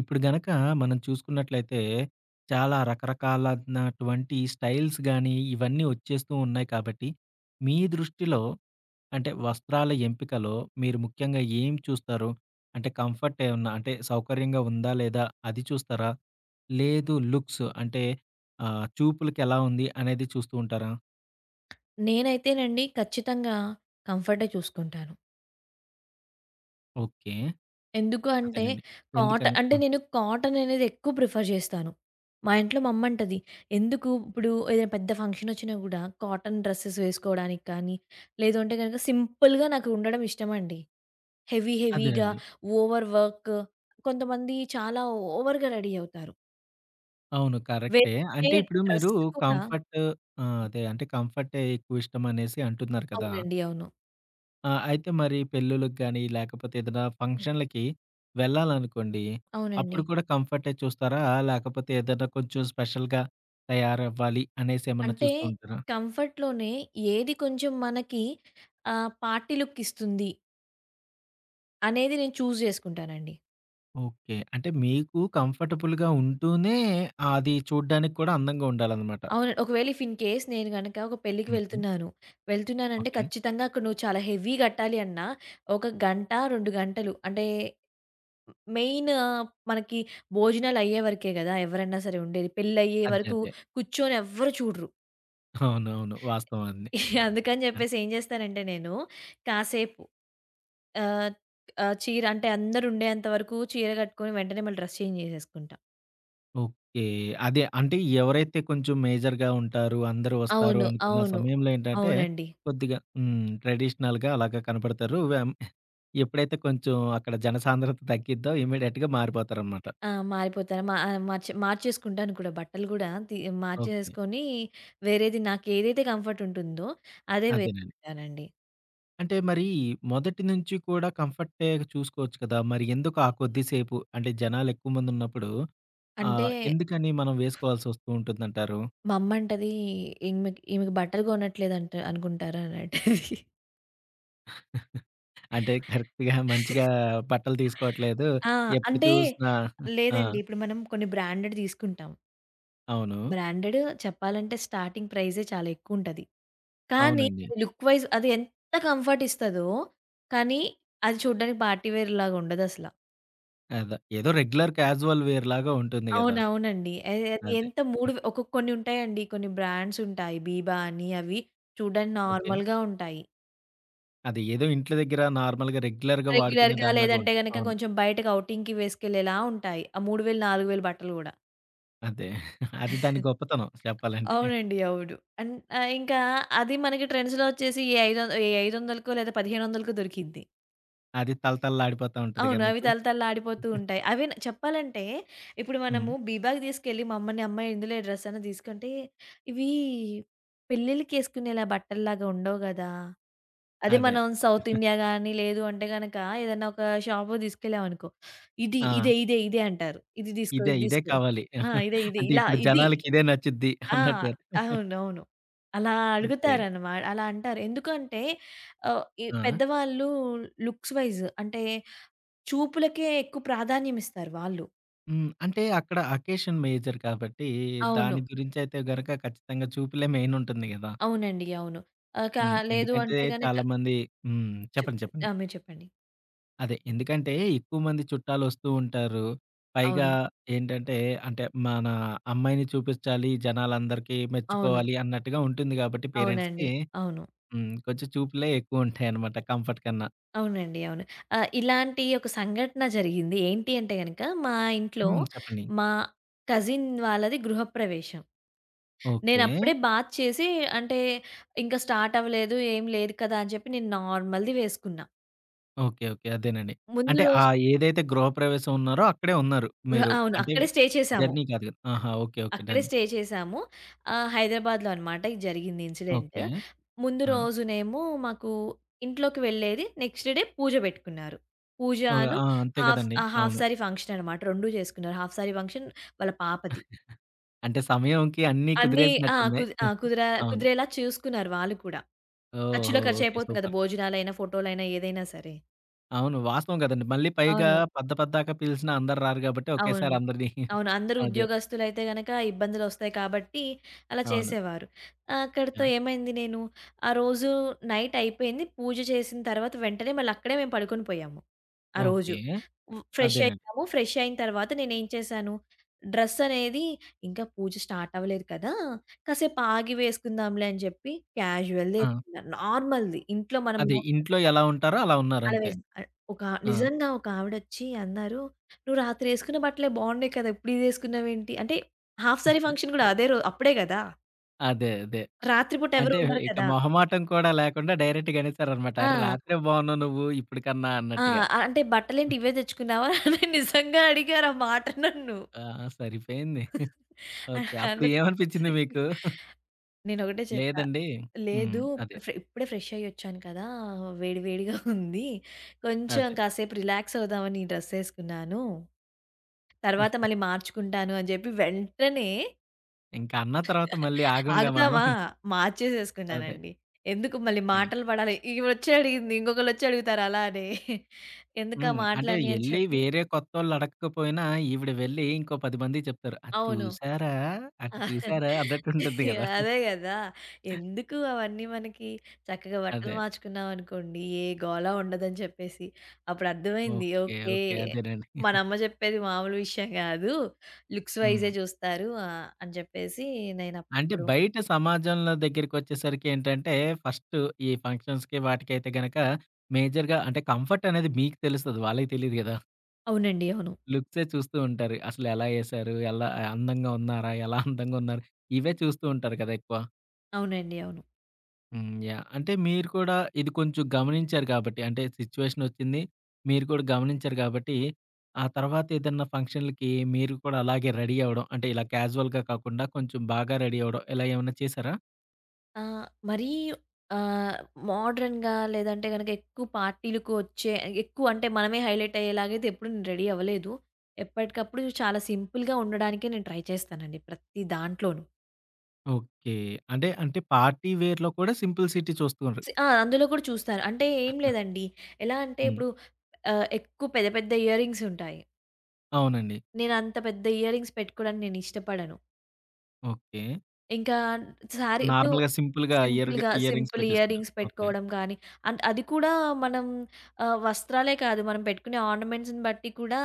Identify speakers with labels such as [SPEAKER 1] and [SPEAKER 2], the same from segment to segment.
[SPEAKER 1] ఇప్పుడు గనక మనం చూసుకున్నట్లయితే, చాలా రకరకాలనటువంటి స్టైల్స్ గానీ, ఇవన్నీ వచ్చేస్తూ ఉన్నాయి కాబట్టి, మీ దృష్టిలో అంటే వస్త్రాల ఎంపికలో మీరు ముఖ్యంగా ఏం చూస్తారు? అంటే కంఫర్ట్ ఏమన్నా అంటే సౌకర్యంగా ఉందా? లేదా? అది చూస్తారా? లేదు లుక్స్ అంటే చూపులకెలా ఉంది అనేది చూస్తూ ఉంటారా?
[SPEAKER 2] నేనైతేనండి ఖచ్చితంగా కంఫర్టే చూసుకుంటాను.
[SPEAKER 1] ఓకే.
[SPEAKER 2] ఎందుకు అంటే
[SPEAKER 1] అదేలెండి.
[SPEAKER 2] కాట
[SPEAKER 1] ఎందుకని?
[SPEAKER 2] అంటే
[SPEAKER 1] ఆ!
[SPEAKER 2] నేను కాటన్ అనేది ఎక్కువ ప్రిఫర్ చేస్తాను. మా ఇంట్లో మా అమ్మంటది, "ఎందుకు ఇప్పుడు ఏదైనా పెద్ద ఫంక్షన్ వచ్చినా గూడా కాటన్ డ్రెసెస్ వేసుకోవడానికి కానీ, లేదు అంటే గనక సింపుల్‌గా నాకు ఉండడం ఇష్టమండి. హెవీ హెవీగా
[SPEAKER 1] అదేనండి.
[SPEAKER 2] ఓవర్ వర్క్ కొంతమంది చాలా ఓవర్‌గా రెడీ అవుతారు.
[SPEAKER 1] అవును. కరెక్టే.
[SPEAKER 2] వేసుకునే
[SPEAKER 1] అంటే ఇప్పుడు మీరు
[SPEAKER 2] డ్రెస్ కూడా."
[SPEAKER 1] కంఫర్ట్. ఆ! అదే అంటే కంఫర్టే ఎక్కువ ఇష్టం అనేసి అంటున్నారు కదా!
[SPEAKER 2] అవునండి, అవును.
[SPEAKER 1] ఆ! అయితే మరి పెళ్ళిళ్ళకి గాని, లేకపోతే ఏదైనా ఫంక్షన్‌లకి వెళ్ళాలనుకోండి.
[SPEAKER 2] అవునండి.
[SPEAKER 1] అప్పుడు కూడా కంఫర్టే చూస్తారా? లేకపోతే ఏదైనా కొంచెం స్పెషల్‌గా తయారవ్వాలి అనేసి ఏమన్నా
[SPEAKER 2] అంటే
[SPEAKER 1] చూస్తూ ఉంటారా?
[SPEAKER 2] కంఫర్ట్‌లోనే ఏది కొంచెం మనకి పార్టీ లుక్ ఇస్తుంది అనేది నేను చూజ్ చేసుకుంటానండి.
[SPEAKER 1] ఓకే. అంటే మీకు కంఫర్టబుల్‌గా ఉంటూనే అది చూడ్డానికి కూడా అందంగా ఉండాలనమాట.
[SPEAKER 2] అవును. ఒకవేళ ఇఫ్ ఇన్ కేస్ నేను గనక ఒక పెళ్ళికి
[SPEAKER 1] హుహు.
[SPEAKER 2] వెళ్తున్నాను. వెళ్తున్నానంటే
[SPEAKER 1] ఓకే.
[SPEAKER 2] ఖచ్చితంగా అక్కడ నువ్వు చాలా హెవీ కట్టాలి అన్నా, ఒక గంట, 2 గంటలు అంటే మెయిన్ మనకి భోజనాలు అయ్యే వరకే గదా ఎవరైనా సరే ఉండేది. పెళ్ళయ్యే
[SPEAKER 1] అదే.
[SPEAKER 2] వరకు
[SPEAKER 1] అదే.
[SPEAKER 2] కూర్చొని ఎవ్వరు చూడరు.
[SPEAKER 1] అవునవును. వాస్తవం అది.
[SPEAKER 2] అందుకని
[SPEAKER 1] ఆ!
[SPEAKER 2] జెప్పేసి ఏం జేస్తానంటే నేను కాసేపు ఆహ్, ఆహ్, చీర అంటే అందరుండేంత వరకు చీర కట్టుకొని వెంటనే మళ్ళీ డ్రెస్ చేంజ్ చేసేసుకుంటా.
[SPEAKER 1] ఓకే. అదే. అంటే ఎవరైతే కొంచెం మేజర్‌గా ఉంటారు, అందరూ వస్తారు
[SPEAKER 2] అవును,
[SPEAKER 1] అనుకున్న
[SPEAKER 2] అవును.
[SPEAKER 1] సమయంలో ఏంటంటే,
[SPEAKER 2] అవునండి.
[SPEAKER 1] కొద్దిగా హ్మ్. ట్రెడిషనల్‌గా అలాగా కనపడతారు. ఎప్పుడైతే కొంచెం అక్కడ జనసాంద్రత తగ్గిద్దో ఇమ్మీడియేట్‌గా మారిపోతారనమాట.
[SPEAKER 2] ఆ, మారిపోతాను. మా ఆహ్, మార్చ్ మార్చేసుకుంటాను కూడా బట్టలు గూడా.
[SPEAKER 1] ఓకే.
[SPEAKER 2] మార్చేసుకొని వేరేది నాకేదైతే కంఫర్ట్ ఉంటుందో అదే
[SPEAKER 1] అదేనండి.
[SPEAKER 2] వేసుకుంటానండి.
[SPEAKER 1] అంటే మరి మొదటి నుంచి కూడా కంఫర్టే చూసుకోవచ్చు కదా! మరి ఎందుకు ఆ కొద్ది సేపు అంటే జనాలెక్కువ మందున్నప్పుడు
[SPEAKER 2] అంటే
[SPEAKER 1] ఎందుకని మనం వేసుకోవాల్సొస్తూ ఉంటుందంటారు?
[SPEAKER 2] మా అమ్మంటది, "ఈమెకి ఈమెకి బట్టలు కొనట్లేదంట అనుకుంటారా" అని అంటది.
[SPEAKER 1] అంటే కరెక్ట్‌గా మంచిగా బట్టలు తీసుకోవట్లేదు.
[SPEAKER 2] ఆ,
[SPEAKER 1] ఎప్పుడు
[SPEAKER 2] అంటే
[SPEAKER 1] చూసినా ఆ!
[SPEAKER 2] లేదండి, ఇప్పుడు మనం కొన్ని బ్రాండెడ్ తీసుకుంటాం.
[SPEAKER 1] అవును.
[SPEAKER 2] బ్రాండెడ్ చెప్పాలంటే స్టార్టింగ్ ప్రైజే చాలా ఎక్కువుంటది. కానీ
[SPEAKER 1] అవునండి.
[SPEAKER 2] అది లుక్ వైస్ అది ఎంత కంఫర్ట్ ఇస్తదో, కానీ అది చూడ్డానికి పార్టీ వేర్‌లాగా ఉండదసల.
[SPEAKER 1] అదే. ఏదో రెగ్యులర్ క్యాజువల్ వేర్ లాగా ఉంటుంది గదా!
[SPEAKER 2] అవునవునండి. అది అది
[SPEAKER 1] అదే.
[SPEAKER 2] ఎంత మూడు ఒకొ కొన్ని ఉంటాయండి. కొన్ని బ్రాండ్స్ ఉంటాయి. బీబా అని, అవి చూడ్డానికి
[SPEAKER 1] ఓకే.
[SPEAKER 2] నార్మల్‌గా ఉంటాయి.
[SPEAKER 1] అది ఏదో ఇంట్లో దగ్గర నార్మల్‌గా రెగ్యులర్‌గా వాడుకునే
[SPEAKER 2] రెగ్యులర్‌గా
[SPEAKER 1] దానిలాగా
[SPEAKER 2] లేదంటే
[SPEAKER 1] ఉంటాయి.
[SPEAKER 2] గనక
[SPEAKER 1] అవును.
[SPEAKER 2] కొంచెం బయటకి ఔటింగ్‌కి వేసుకెళ్ళేలా ఉంటాయి ఆ 3,000, 4,000 బట్టలు గూడా.
[SPEAKER 1] అదే. అది దాని గొప్పతనం చెప్పాలంటే.
[SPEAKER 2] అవునండి, అవును. అన్ ఇంకా అది మనకి ట్రెండ్స్‌లో వచ్చేసి ఏ ఐదొ ఏ 500కో లేదా 1,500కో దొరికిద్ది.
[SPEAKER 1] అది తళతళలాడిపోతా ఉంటదిగా
[SPEAKER 2] అవును, అవి
[SPEAKER 1] మీకు.
[SPEAKER 2] తళతళలాడిపోతూ ఉంటాయి. అవే న చెప్పాలంటే ఇప్పుడు
[SPEAKER 1] హ్మ్.
[SPEAKER 2] మనము బీబాకి తీసుకెళ్ళి మా అమ్మని, "అమ్మ ఇందులో ఈ డ్రెస్ అన్నా తీసుకుంటే ఇవి పెళ్ళిళ్ళకేసుకునేలా బట్టల్లాగా ఉండవు గదా!" అదే
[SPEAKER 1] అదే.
[SPEAKER 2] మనం సౌత్ ఇండియా గాని, లేదు అంటే గనక ఏదన్నా ఒక షాపుకి తీసుకెళ్ళామనుకో, "ఇది
[SPEAKER 1] ఆ!
[SPEAKER 2] ఇదే, ఇదే, ఇదే" అంటారు, "ఇది తీసుకో,
[SPEAKER 1] ఇదే,
[SPEAKER 2] ఇది
[SPEAKER 1] ఇదే
[SPEAKER 2] తీసుకో.
[SPEAKER 1] కావాలి.
[SPEAKER 2] ఆ, ఇదే, ఇదే
[SPEAKER 1] అంటే
[SPEAKER 2] ఇలా
[SPEAKER 1] ఇప్పుడు
[SPEAKER 2] ఇది."
[SPEAKER 1] జనాలకి ఇదే నచ్చుద్ది
[SPEAKER 2] ఆ,
[SPEAKER 1] అన్నట్టే.
[SPEAKER 2] అవునవును.
[SPEAKER 1] ఓకే.
[SPEAKER 2] అలా అంటారు. ఎందుకంటే ఈ
[SPEAKER 1] ఆ!
[SPEAKER 2] పెద్దవాళ్ళు లుక్స్ వైస్ అంటే చూపులకే ఎక్కువ ప్రాధాన్యం ఇస్తారు వాళ్ళు.
[SPEAKER 1] హ్మ్. అంటే అక్కడ అకేషన్ మేజర్ కాబట్టి
[SPEAKER 2] అవును,
[SPEAKER 1] దాని గురించయితే గనక ఖచ్చితంగా చూపులే మెయిన్ ఉంటుంది గదా!
[SPEAKER 2] అవునండి, అవును. ఆహ్, కా
[SPEAKER 1] హ్మ్.
[SPEAKER 2] లేదు
[SPEAKER 1] ఎందుకంటే
[SPEAKER 2] అంటే గనక
[SPEAKER 1] చాలామంది హ్మ్. చెప్పండి.
[SPEAKER 2] చెప్పండి.
[SPEAKER 1] చెప్పండి.
[SPEAKER 2] ఆ, మీరు చెప్పండి.
[SPEAKER 1] అదే ఎందుకంటే ఎక్కువ మంది చుట్టాలొస్తూ ఉంటారు. పైగా
[SPEAKER 2] అవును,
[SPEAKER 1] ఏంటంటే అంటే మన అమ్మాయిని చూపించాలి, జనాలందరికీ
[SPEAKER 2] అవును,
[SPEAKER 1] మెచ్చుకోవాలి అన్నట్టుగా ఉంటుంది కాబట్టి
[SPEAKER 2] అవునండి,
[SPEAKER 1] పేరెంట్స్‌కి
[SPEAKER 2] అవును,
[SPEAKER 1] హ్మ్. కొంచెం చూపులే ఎక్కువుంటాయన్నమాట కంఫర్ట్ కన్నా.
[SPEAKER 2] అవునండి, అవును. ఇలాంటి ఒక సంఘటన జరిగింది. ఏంటి అంటే గనక మా ఇంట్లో
[SPEAKER 1] హ్మ్. చెప్పండి.
[SPEAKER 2] మా కజిన్ వాళ్ళది గృహప్రవేశం.
[SPEAKER 1] ఓకే.
[SPEAKER 2] నేనప్పుడే బాత్ చేసి అంటే ఇంకా స్టార్ట్ అవ్వలేదు, ఏం లేదు కదా అని చెప్పి నేను నార్మల్‌ది వేసుకున్నా.
[SPEAKER 1] ఓకే. ఓకే. అదేనండి.
[SPEAKER 2] ముందు
[SPEAKER 1] అంటే ఆ
[SPEAKER 2] రోజు,
[SPEAKER 1] ఏదైతే గృహప్రవేశం ఉన్నారో అక్కడే ఉన్నారు మీరు.
[SPEAKER 2] అవును,
[SPEAKER 1] అంటే
[SPEAKER 2] అక్కడే స్టే చేశాము.
[SPEAKER 1] జర్నీ కాదు కదా! ఆహా! ఓకే. ఓకే.
[SPEAKER 2] అక్కడే
[SPEAKER 1] డన్.
[SPEAKER 2] స్టే చేశాము. హైదరాబాద్‌లో అనమాట ఇది జరిగింది ఇన్సిడెంట్.
[SPEAKER 1] ఓకే.
[SPEAKER 2] ముందు
[SPEAKER 1] ఆ!
[SPEAKER 2] రోజునేమో మాకు ఇంట్లోకి వెళ్ళేది. నెక్స్ట్ డే పూజ పెట్టుకున్నారు. పూజ
[SPEAKER 1] ఓహ్!
[SPEAKER 2] అను
[SPEAKER 1] ఆ! అంతే కదండీ.
[SPEAKER 2] హాఫ్
[SPEAKER 1] అవును.
[SPEAKER 2] సారీ ఫంక్షన్ అనమాట. 2 చేసుకున్నారు, హాఫ్ సారీ ఫంక్షన్ వాళ్ళ పాపది.
[SPEAKER 1] అంటే సమయంకి అన్నీ
[SPEAKER 2] అన్నీ ఆ,
[SPEAKER 1] కుదిరేసినట్టుంది.
[SPEAKER 2] కుది ఆ! కుదిర
[SPEAKER 1] అవును.
[SPEAKER 2] కుదిరేలా చూసుకున్నారు వాళ్ళు కూడా.
[SPEAKER 1] ఓహో!
[SPEAKER 2] ఖర్చులో
[SPEAKER 1] ఓకే.
[SPEAKER 2] ఖర్చయిపోతుంది కదా,
[SPEAKER 1] సూపర్.
[SPEAKER 2] భోజనాలైనా, ఫోటోలైనా, ఏదైనా సరే.
[SPEAKER 1] అవును. వాస్తవం గదండీ. మళ్ళీ పైగా
[SPEAKER 2] అవును,
[SPEAKER 1] పద్దాక పిలిసినా అందరు రారు గాబట్టి ఒకేసారి
[SPEAKER 2] అవును,
[SPEAKER 1] అందరిని
[SPEAKER 2] అవును. అందరూ
[SPEAKER 1] అదే.
[SPEAKER 2] ఉద్యోగస్తులైతే గనక ఇబ్బందులొస్తాయి కాబట్టి అలా
[SPEAKER 1] అవును.
[SPEAKER 2] చేసేవారు. ఆ, అక్కడితో
[SPEAKER 1] ఆ!
[SPEAKER 2] ఏమైంది, నేను ఆ రోజు నైట్ అయిపోయింది. పూజ చేసిన తర్వాత వెంటనే మళ్ళీ అక్కడే మేము పడుకొని పోయాము ఆ రోజు.
[SPEAKER 1] ఓకే.
[SPEAKER 2] హ్మ్. ఫ్రెష్
[SPEAKER 1] అదేనండి.
[SPEAKER 2] అయ్యాము. ఫ్రెష్ అయిన తర్వాత నేనేం చేశాను, డ్రెస్ అనేది ఇంకా పూజ స్టార్ట్ అవ్వలేదు కదా, కాసేపు ఆగి వేసుకుందాంలే అని చెప్పి క్యాజువల్‌ది
[SPEAKER 1] ఆ!
[SPEAKER 2] ఏసుకున్నాను, నార్మల్‌ది ఇంట్లో మనం
[SPEAKER 1] అదే ఇంట్లో ఎలా ఉంటారో అలా
[SPEAKER 2] అలా
[SPEAKER 1] ఉన్నారంతే.
[SPEAKER 2] వేసి, ఆహ్, ఒక
[SPEAKER 1] ఆ!
[SPEAKER 2] నిజంగా ఒక ఆవిడొచ్చి అన్నారు, "నువ్వు రాత్రి యేసుకున్న బట్టలే బాగున్నాయి కదా, ఇప్పుడు ఇదేసుకున్నావేంటి?" అంటే హాఫ్ సారీ ఫంక్షన్ గూడా అదే అప్పుడే గదా,
[SPEAKER 1] అదే. అదే.
[SPEAKER 2] రాత్రి పూట ఎవరు
[SPEAKER 1] అంటే
[SPEAKER 2] ఉండరు
[SPEAKER 1] ఇక
[SPEAKER 2] కదా.
[SPEAKER 1] మొహమాటం కూడా లేకుండా డైరెక్ట్‌గా అనేసారనమాట. "అరె!
[SPEAKER 2] ఆ,
[SPEAKER 1] రాత్రే బావున్నావు నువ్వు ఇప్పుడు కన్నా"
[SPEAKER 2] ఆ,
[SPEAKER 1] అన్నట్టుగా.
[SPEAKER 2] అంటే "బట్టలేంటి ఇవే తెచ్చుకున్నావా?" అని నిజంగా అడిగారు ఆ మాట నన్ను.
[SPEAKER 1] ఆ! సరిపోయింది. ఓకే. అప్పుడు
[SPEAKER 2] అండ్
[SPEAKER 1] ఏమనిపించింది మీకు?
[SPEAKER 2] నేనొకటే చెప్పా,
[SPEAKER 1] లేదండి హ్మ్.
[SPEAKER 2] "లేదు,
[SPEAKER 1] అదే.
[SPEAKER 2] ఇప్పుడు ఇప్పుడే ఫ్రెష్ అయ్యొచ్చాను కదా, వేడి వేడిగా ఉంది, కొంచెం
[SPEAKER 1] అదే.
[SPEAKER 2] కాసేపు రిలాక్స్ అవుదామని ఈ డ్రెస్ యేసుకున్నాను, తర్వాత మళ్ళీ మార్చుకుంటాను" అని జెప్పి వెంటనే,
[SPEAKER 1] ఇంక అన్న తర్వాత మళ్ళీ ఆగంగా మనం.
[SPEAKER 2] ఆగుతామా,
[SPEAKER 1] అదే.
[SPEAKER 2] మార్చేసేసుకున్నానండి. ఎందుకు మళ్ళీ
[SPEAKER 1] యాహ్!
[SPEAKER 2] మాటలు పడాలి, ఈమొచ్చి అడిగింది, ఇంకొకళ్ళొచ్చి అడుగుతారు అలా అని, ఎందుకా
[SPEAKER 1] హ్మ్. అంటే
[SPEAKER 2] మాటలన్నీ అని
[SPEAKER 1] ఎళ్లి
[SPEAKER 2] చెప్పి.
[SPEAKER 1] వేరే కొత్తోళ్ళు అడక్కపోయినా ఈవిడ వెళ్ళి ఇంకో 10 మందికి చెప్తారు. "అది
[SPEAKER 2] అవును.
[SPEAKER 1] చూసారా? అటు
[SPEAKER 2] ఆ,
[SPEAKER 1] చూసారా?" అన్నట్టుంటుంది గదా!
[SPEAKER 2] అదే గదా, ఎందుకు అవన్నీ మనకి? చక్కగా బట్టలు
[SPEAKER 1] అదే.
[SPEAKER 2] మార్చుకున్నామనుకోండి, ఏ గోల ఉండదని చెప్పేసి. అప్పుడు అర్థమైంది,
[SPEAKER 1] ఓకే.
[SPEAKER 2] Okay,
[SPEAKER 1] okay. అదేనండి.
[SPEAKER 2] మన అమ్మ చెప్పేది మామూలు విషయం గాదు, లుక్స్
[SPEAKER 1] హ్మ్.
[SPEAKER 2] వైజే చూస్తారు అని చెప్పేసి
[SPEAKER 1] అంటే
[SPEAKER 2] నేనప్పుడు.
[SPEAKER 1] బయట సమాజంలో దగ్గరికొచ్చేసరికి ఏంటంటే ఫస్ట్ ఈ ఫంక్షన్స్‌కి వాటికైతే గనక మేజర్‌గా అంటే కంఫర్ట్ అనేది మీకు తెలుస్తది. వాళ్ళకి తెలీదు గదా!
[SPEAKER 2] అవునండి, అవును,
[SPEAKER 1] లుక్సే చూస్తూ ఉంటారు. అసలెలా ఏశారు? ఎలా అందంగా ఉన్నారా? ఎలా అందంగా ఉన్నారు? ఇవే చూస్తూ ఉంటారు కదా ఎక్కువ.
[SPEAKER 2] అవునండి, అవును.
[SPEAKER 1] హ్మ్. యాహ్! అంటే మీరు కూడా ఇది కొంచెం గమనించారు కాబట్టి, అంటే సిచ్యువేషన్ ఒచ్చింది. మీరు కూడా గమనించారు కాబట్టి, ఆ తర్వాత ఏదన్నా ఫంక్షన్‌లకి మీరు కూడా అలాగే రెడీ అవ్వడం, అంటే ఇలా క్యాజువల్‌గా కాకుండా కొంచెం బాగా రెడీ అవ్వడం ఇలా ఏమన్నా చేశారా?
[SPEAKER 2] ఆ, మరీ ఆహ్, మోడర్న్‌గా లేదంటే గనక ఎక్కువ పార్టీలకు వచ్చే, ఎక్కువ అంటే మనమే హైలైట్ అయ్యేలాగా అయితే ఎప్పుడు నేను రెడీ అవ్వలేదు. ఎప్పటికప్పుడు చాలా సింపుల్‌గా ఉండడానికే నేను ట్రై చేస్తానండి ప్రతి దాంట్లోనూ.
[SPEAKER 1] ఓకే. అంటే పార్టీ వేర్‌లో కూడా సింపుల్ సిటీ చూస్తున్నారు.
[SPEAKER 2] ఆ, అందులో కూడా చూస్తాను. అంటే ఏం లేదండి, ఎలా అంటే
[SPEAKER 1] హ్మ్.
[SPEAKER 2] ఇప్పుడు ఎక్కువ పెద్ద పెద్ద ఇయర్ రింగ్స్ ఉంటాయి.
[SPEAKER 1] అవునండి.
[SPEAKER 2] నేను అంత పెద్ద ఇయర్ రింగ్స్ పెట్టుకోవడానికి నేను ఇష్టపడను.
[SPEAKER 1] ఓకే.
[SPEAKER 2] ఇంకా శారీ ఇప్పుడు
[SPEAKER 1] నార్మల్‌గా సింపుల్‌గా
[SPEAKER 2] సింపుల్‌గా
[SPEAKER 1] ఇయర్ రింగ్స్
[SPEAKER 2] సింపుల్ ఇయర్
[SPEAKER 1] పెట్టేసుకుంటారు.
[SPEAKER 2] Rings
[SPEAKER 1] okay.
[SPEAKER 2] పెట్టుకోవడం కానీ, అది కూడా మనం, వస్త్రాలే కాదు మనం పెట్టుకునే ఆర్నమెంట్స్‌ని బట్టి కూడా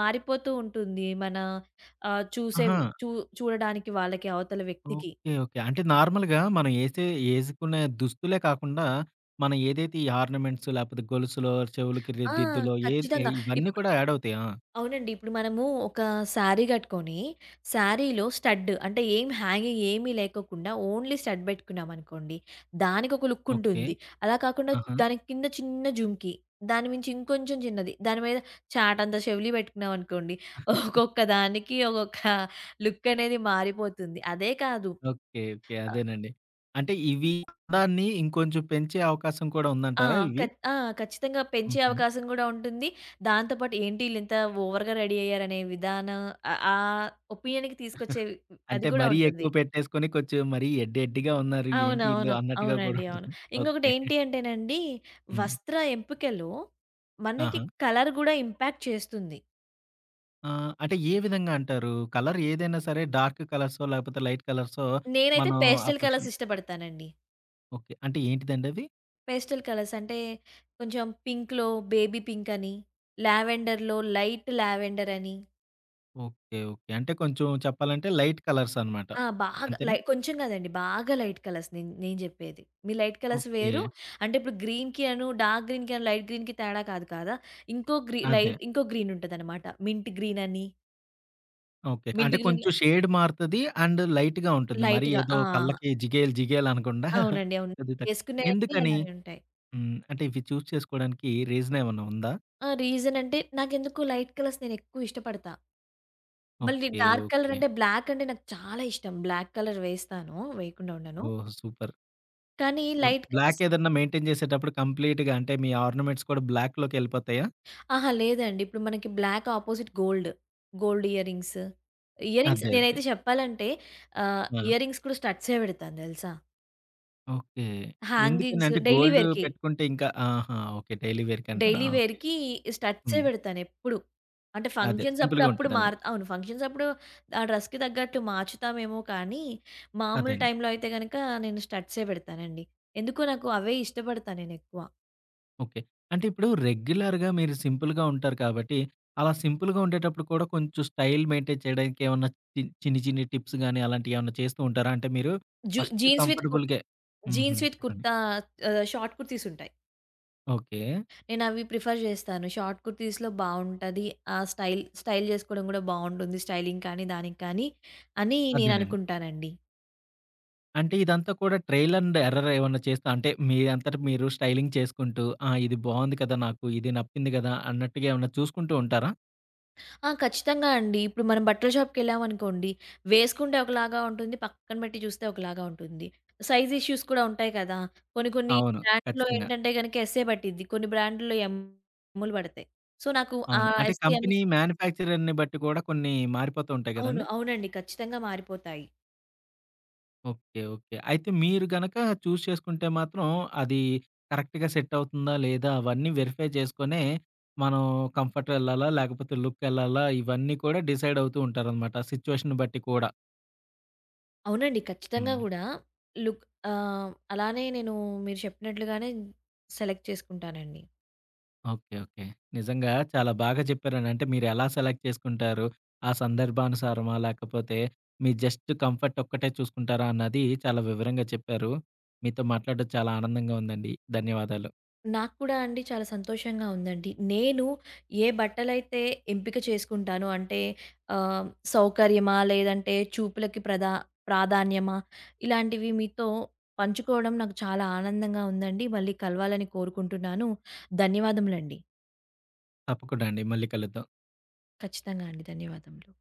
[SPEAKER 2] మారిపోతూ ఉంటుంది మన ఆహ్, చూసే
[SPEAKER 1] ఆహా!
[SPEAKER 2] చూ చూడడానికి వాళ్ళకి అవతల వ్యక్తికి.
[SPEAKER 1] ఓకే. ఓకే. అంటే నార్మల్‌గా మనం ఏసుకునే దుస్తులే కాకుండా, మనం ఏదైతే ఈ ఆర్నమెంట్స్ లేకపోతే గొలుసులో, చెవులకి
[SPEAKER 2] ఆ,
[SPEAKER 1] దిద్దులో ఏద్ ఏ
[SPEAKER 2] ఖచ్చితంగా.
[SPEAKER 1] ఇవన్నీ
[SPEAKER 2] ఇప్
[SPEAKER 1] కూడా యాడ్ అవుతాయా?
[SPEAKER 2] అవునండి, ఇప్పుడు మనము ఒక శారీ గట్టుకొని, శారీలో స్టడ్ అంటే ఏం హ్యాంగింగ్ ఏమీ లేకోకుండా ఓన్లీ స్టడ్ బెట్టుకున్నామనుకోండి, దానికొక లుక్
[SPEAKER 1] ఓకే.
[SPEAKER 2] ఉంటుంది. అలా కాకుండా
[SPEAKER 1] ఆహా!
[SPEAKER 2] దాని కింద చిన్న జుంకి, దాని మించి ఇంకొంచెం చిన్నది, దాని మీద చాటంత చెవిలీ బెట్టుకున్నామనుకోండి, ఒక్కొక్క దానికి ఒక్కొక్క లుక్ అనేది మారిపోతుంది. అదే కాదు.
[SPEAKER 1] ఓకే. ఓకే. అదేనండి. అంటే ఇవి అందాన్ని ఇంకొంచెం పెంచే అవకాశం కూడా
[SPEAKER 2] ఆ!
[SPEAKER 1] ఉందంటారా ఇవి?
[SPEAKER 2] ఖచ్ ఆ! ఖచ్చితంగా పెంచే
[SPEAKER 1] హుహు.
[SPEAKER 2] అవకాశం గూడా ఉంటుంది. దాంతో పాటు ఏంటి ఈళ్ళింత ఓవర్‌గా రెడీ అయ్యారనే విధానం ఆహ్, ఆ ఒపీనియన్‌కి తీసుకొచ్చేవి
[SPEAKER 1] అంటే
[SPEAKER 2] అది గూడా
[SPEAKER 1] మరీ
[SPEAKER 2] ఉంటుంది.
[SPEAKER 1] ఎక్కువ పెట్టేసుకొని కొంచెం మరీ ఎడ్డెడ్డిగా ఉన్నారు ఏంటి ఈళ్ళు
[SPEAKER 2] అవునవును,
[SPEAKER 1] అన్నట్టుగా కూడా
[SPEAKER 2] అవునండి, అవును.
[SPEAKER 1] ఉంటుంది. ఓకే.
[SPEAKER 2] ఇంకొకటేంటి అంటేనండి,
[SPEAKER 1] హ్మ్.
[SPEAKER 2] వస్త్ర ఎంపికలో మనకి
[SPEAKER 1] ఆహా!
[SPEAKER 2] కలర్ గూడా ఇంపాక్ట్ చేస్తుంది.
[SPEAKER 1] ఆ! అంటే ఏ విధంగా అంటారు? కలర్ ఏదైనా సరే డార్క్ కలర్సో, లేకపోతే లైట్ కలర్సో
[SPEAKER 2] నేనైతే
[SPEAKER 1] మనం
[SPEAKER 2] పేస్టల్
[SPEAKER 1] అఫెక్షన్.
[SPEAKER 2] కలర్స్ ఇష్టపడతానండి.
[SPEAKER 1] ఓకే. అంటే ఏంటిదండి అవి?
[SPEAKER 2] పేస్టల్ కలర్స్ అంటే కొంచెం పింక్‌లో బేబీ పింక్ అని, లావెండర్‌లో లైట్ లావెండర్ అని.
[SPEAKER 1] ఓకే. ఓకే. అంటే కొంచెం చెప్పాలంటే లైట్ కలర్స్ అనమాట.
[SPEAKER 2] ఆ, బాగా
[SPEAKER 1] అంతేనా?
[SPEAKER 2] లై కొంచెం కాదండి, బాగా లైట్ కలర్స్ నేను నేను చెప్పేది, మీ లైట్ కలర్స్
[SPEAKER 1] ఓకే.
[SPEAKER 2] వేరు. అంటే ఇప్పుడు గ్రీన్‌కి అను, డార్క్ గ్రీన్‌కి అను, లైట్ గ్రీన్‌కి తేడా కాదు కదా.
[SPEAKER 1] అదే.
[SPEAKER 2] ఇంకో గ్రీన్ ఉంటదనమాట, మింట్ గ్రీన్ అని.
[SPEAKER 1] ఓకే. అంటే
[SPEAKER 2] మింట్ గ్రీన్‌లో
[SPEAKER 1] కొంచెం షేడ్ మారుతది అండ్ లైట్‌గా ఉంటుంది. మరి
[SPEAKER 2] లైట్‌గా,
[SPEAKER 1] ఏదో
[SPEAKER 2] ఆ,
[SPEAKER 1] కళ్ళకి జిగేల్ జిగేల్ అనకుండా
[SPEAKER 2] అవునండి, అవును.
[SPEAKER 1] కొద్దిగా తక్కువ.
[SPEAKER 2] వేసుకునేయన్నీ
[SPEAKER 1] ఎందుకని?
[SPEAKER 2] అలానే ఉంటాయి.
[SPEAKER 1] హ్మ్. అంటే ఇవి చూజ్ చేసుకోవడానికి రీజన్ ఏమన్నా ఉందా?
[SPEAKER 2] ఆ, రీజన్ అంటే నాకెందుకో లైట్ కలర్స్ నేను ఎక్కువ ఇష్టపడతా. మళ్ళీ
[SPEAKER 1] ఓకే.
[SPEAKER 2] Dark colour
[SPEAKER 1] okay.
[SPEAKER 2] అంటే బ్లాక్ అంటే నాకు చాలా ఇష్టం, బ్లాక్ కలర్ వేస్తాను, వేయకుండా ఉండను.
[SPEAKER 1] ఓహ్! సూపర్.
[SPEAKER 2] కానీ లైట్
[SPEAKER 1] బ్లాక్
[SPEAKER 2] కలర్స్.
[SPEAKER 1] ఏదన్నా మెయింటైన్ చేసేటప్పుడు కంప్లీట్‌గా అంటే మీ ఆర్నమెంట్స్ కూడా బ్లాక్‌లోకెళ్ళిపోతాయా?
[SPEAKER 2] అహా, లేదండి, ఇప్పుడు మనకి black opposite gold, gold earrings. Earrings
[SPEAKER 1] అదే. అదే.
[SPEAKER 2] నేనైతే చెప్పాలంటే,
[SPEAKER 1] ఆ!
[SPEAKER 2] ఇయరింగ్స్ కూడా స్టడ్సే పెడతాను తెలుసా?
[SPEAKER 1] ఓకే. ఎందుకని
[SPEAKER 2] హ్యాంగింగ్స్
[SPEAKER 1] అంటే
[SPEAKER 2] డైలీ
[SPEAKER 1] గోల్డ్
[SPEAKER 2] వేర్‌కి.
[SPEAKER 1] పెట్టుకుంటే ఇంకా ఆహా! ఓకే. డైలీ వేర్‌కంటారా?
[SPEAKER 2] Daily
[SPEAKER 1] okay.
[SPEAKER 2] వేర్‌కి స్టడ్సే
[SPEAKER 1] హ్మ్.
[SPEAKER 2] పెడతానెప్పుడు. అంటే
[SPEAKER 1] అదే
[SPEAKER 2] ఫంక్షన్స్ అప్పుడు
[SPEAKER 1] సింపుల్‌గా
[SPEAKER 2] అప్పుడు
[SPEAKER 1] ఉంటదేమో.
[SPEAKER 2] మార్ అవును, ఫంక్షన్స్ అప్పుడు ఆ డ్రెస్‌కి తగ్గట్టు మార్చుతామేమో కానీ,
[SPEAKER 1] అదే
[SPEAKER 2] మామూలు
[SPEAKER 1] అండి.
[SPEAKER 2] టైంలో అయితే గనక నేను స్టడ్సే పెడతానండి. ఎందుకో నాకు అవే ఇష్టపడతా నేనెక్కువ.
[SPEAKER 1] ఓకే. అంటే ఇప్పుడు రెగ్యులర్‌గా మీరు సింపుల్‌గా ఉంటారు కాబట్టి, అలా సింపుల్‌గా ఉండేటప్పుడు కూడా కొంచెం స్టైల్ మెయింటైన్ చేయడానికి ఏమన్నా చిన్ని చిన్ని టిప్స్ గాని అలాంటియేమన్నా చేస్తూ ఉంటారా? అంటే మీరు
[SPEAKER 2] జు
[SPEAKER 1] ఫస్ట్
[SPEAKER 2] జీన్స్ విత్ కు
[SPEAKER 1] కంఫర్టబుల్‌గే హుహు.
[SPEAKER 2] జీన్స్ విత్
[SPEAKER 1] చెప్పండి.
[SPEAKER 2] కుర్తా, షార్ట్ కుర్తీస్ ఉంటాయి,
[SPEAKER 1] ఓకే.
[SPEAKER 2] నేనవి ప్రిఫర్ జేస్తాను. షార్ట్ కుర్తీస్‌లో బావుంటది ఆ స్టైల్ జేసుకోవడం గూడా బావుంటుంది. స్టైలింగ్ కానీ, దానికి కానీ, అని
[SPEAKER 1] అదేనండి.
[SPEAKER 2] నేననుకుంటానండి.
[SPEAKER 1] అంటే ఇదంతా కూడా ట్రైల్ అండ్ ఎర్రర్ ఏమన్నా చేస్తా అంటే మీ అంతట మీరు స్టైలింగ్ చేసుకుంటూ, ఆ! ఇది బావుంది కదా! నాకు ఇది నప్పింది కదా! అన్నట్టుగా ఏమన్నా చూసుకుంటూ ఉంటారా?
[SPEAKER 2] ఆ, ఖచ్చితంగా అండి. ఇప్పుడు మనం బట్టల షాప్‌కెళ్ళామనుకోండి, వేసుకుంటే ఒకలాగా ఉంటుంది, పక్కన పెట్టి చూస్తే ఒకలాగా ఉంటుంది. సైజ్ ఇష్యూస్ కూడా ఉంటాయి కదా. కొన్ని కొన్ని
[SPEAKER 1] అవును.
[SPEAKER 2] బ్రాండ్‌లో
[SPEAKER 1] ఖచ్చితంగా.
[SPEAKER 2] ఏంటంటే గనక ఎస్సే పట్టిద్ది, కొన్ని బ్రాండ్‌లో ఎమ్‌లు పడతాయి. సో, నాకు ఆ
[SPEAKER 1] అవును. అంటే
[SPEAKER 2] ఎస్‌లు, ఎమ్
[SPEAKER 1] కంపెనీ మ్యానుఫ్యాక్చరర్‌ని బట్టి కూడా కొన్ని మారిపోతూ ఉంటాయి
[SPEAKER 2] అవును,
[SPEAKER 1] గదండీ!
[SPEAKER 2] అవునండి, ఖచ్చితంగా మారిపోతాయి.
[SPEAKER 1] ఓకే. ఓకే. అయితే మీరు గనక చూజ్ చేసుకుంటే మాత్రం అది కరెక్ట్‌గా సెట్ అవుతుందా? లేదా? అవన్నీ వెరిఫై చేసుకొనే మనం కంఫర్ట్ వెళ్ళాలా? లేకపోతే లుక్ వెళ్ళాలా? ఇవన్నీ కూడా డిసైడ్ అవుతూ ఉంటారనమాట సిట్యుయేషన్‌ని బట్టి కూడా.
[SPEAKER 2] అవునండి, ఖచ్చితంగా
[SPEAKER 1] హ్మ్.
[SPEAKER 2] గూడా లుక్, అలానే నేను మీరు చెప్పినట్లుగానే సెలెక్ట్ చేసుకుంటానండి.
[SPEAKER 1] ఓకే. ఓకే. నిజంగా చాలా బాగా చెప్పారండి. అంటే మీరెలా సెలెక్ట్ చేసుకుంటారు? ఆ సందర్భానుసారమా? లేకపోతే మీ జస్ట్ కంఫర్ట్ ఒక్కటే చూసుకుంటారా? అన్నది చాలా వివరంగా చెప్పారు. మీతో మాట్లాడడం చాలా ఆనందంగా ఉందండి. ధన్యవాదాలు.
[SPEAKER 2] నాకు కూడా అండి చాలా సంతోషంగా ఉందండి. నేను ఏ బట్టలైతే ఎంపిక చేసుకుంటాను అంటే, ఆహ్, సౌకర్యమా? లేదంటే చూపులకి ప్రాధాన్యమా? ఇలాంటివి మీతో పంచుకోవడం నాకు చాలా ఆనందంగా ఉందండి. మళ్ళీ కలవాలని కోరుకుంటున్నాను. ధన్యవాదములండి.
[SPEAKER 1] తప్పకుండా అండి. మళ్ళీ కలుద్దాం.
[SPEAKER 2] ఖచ్చితంగా అండి, ధన్యవాదములు.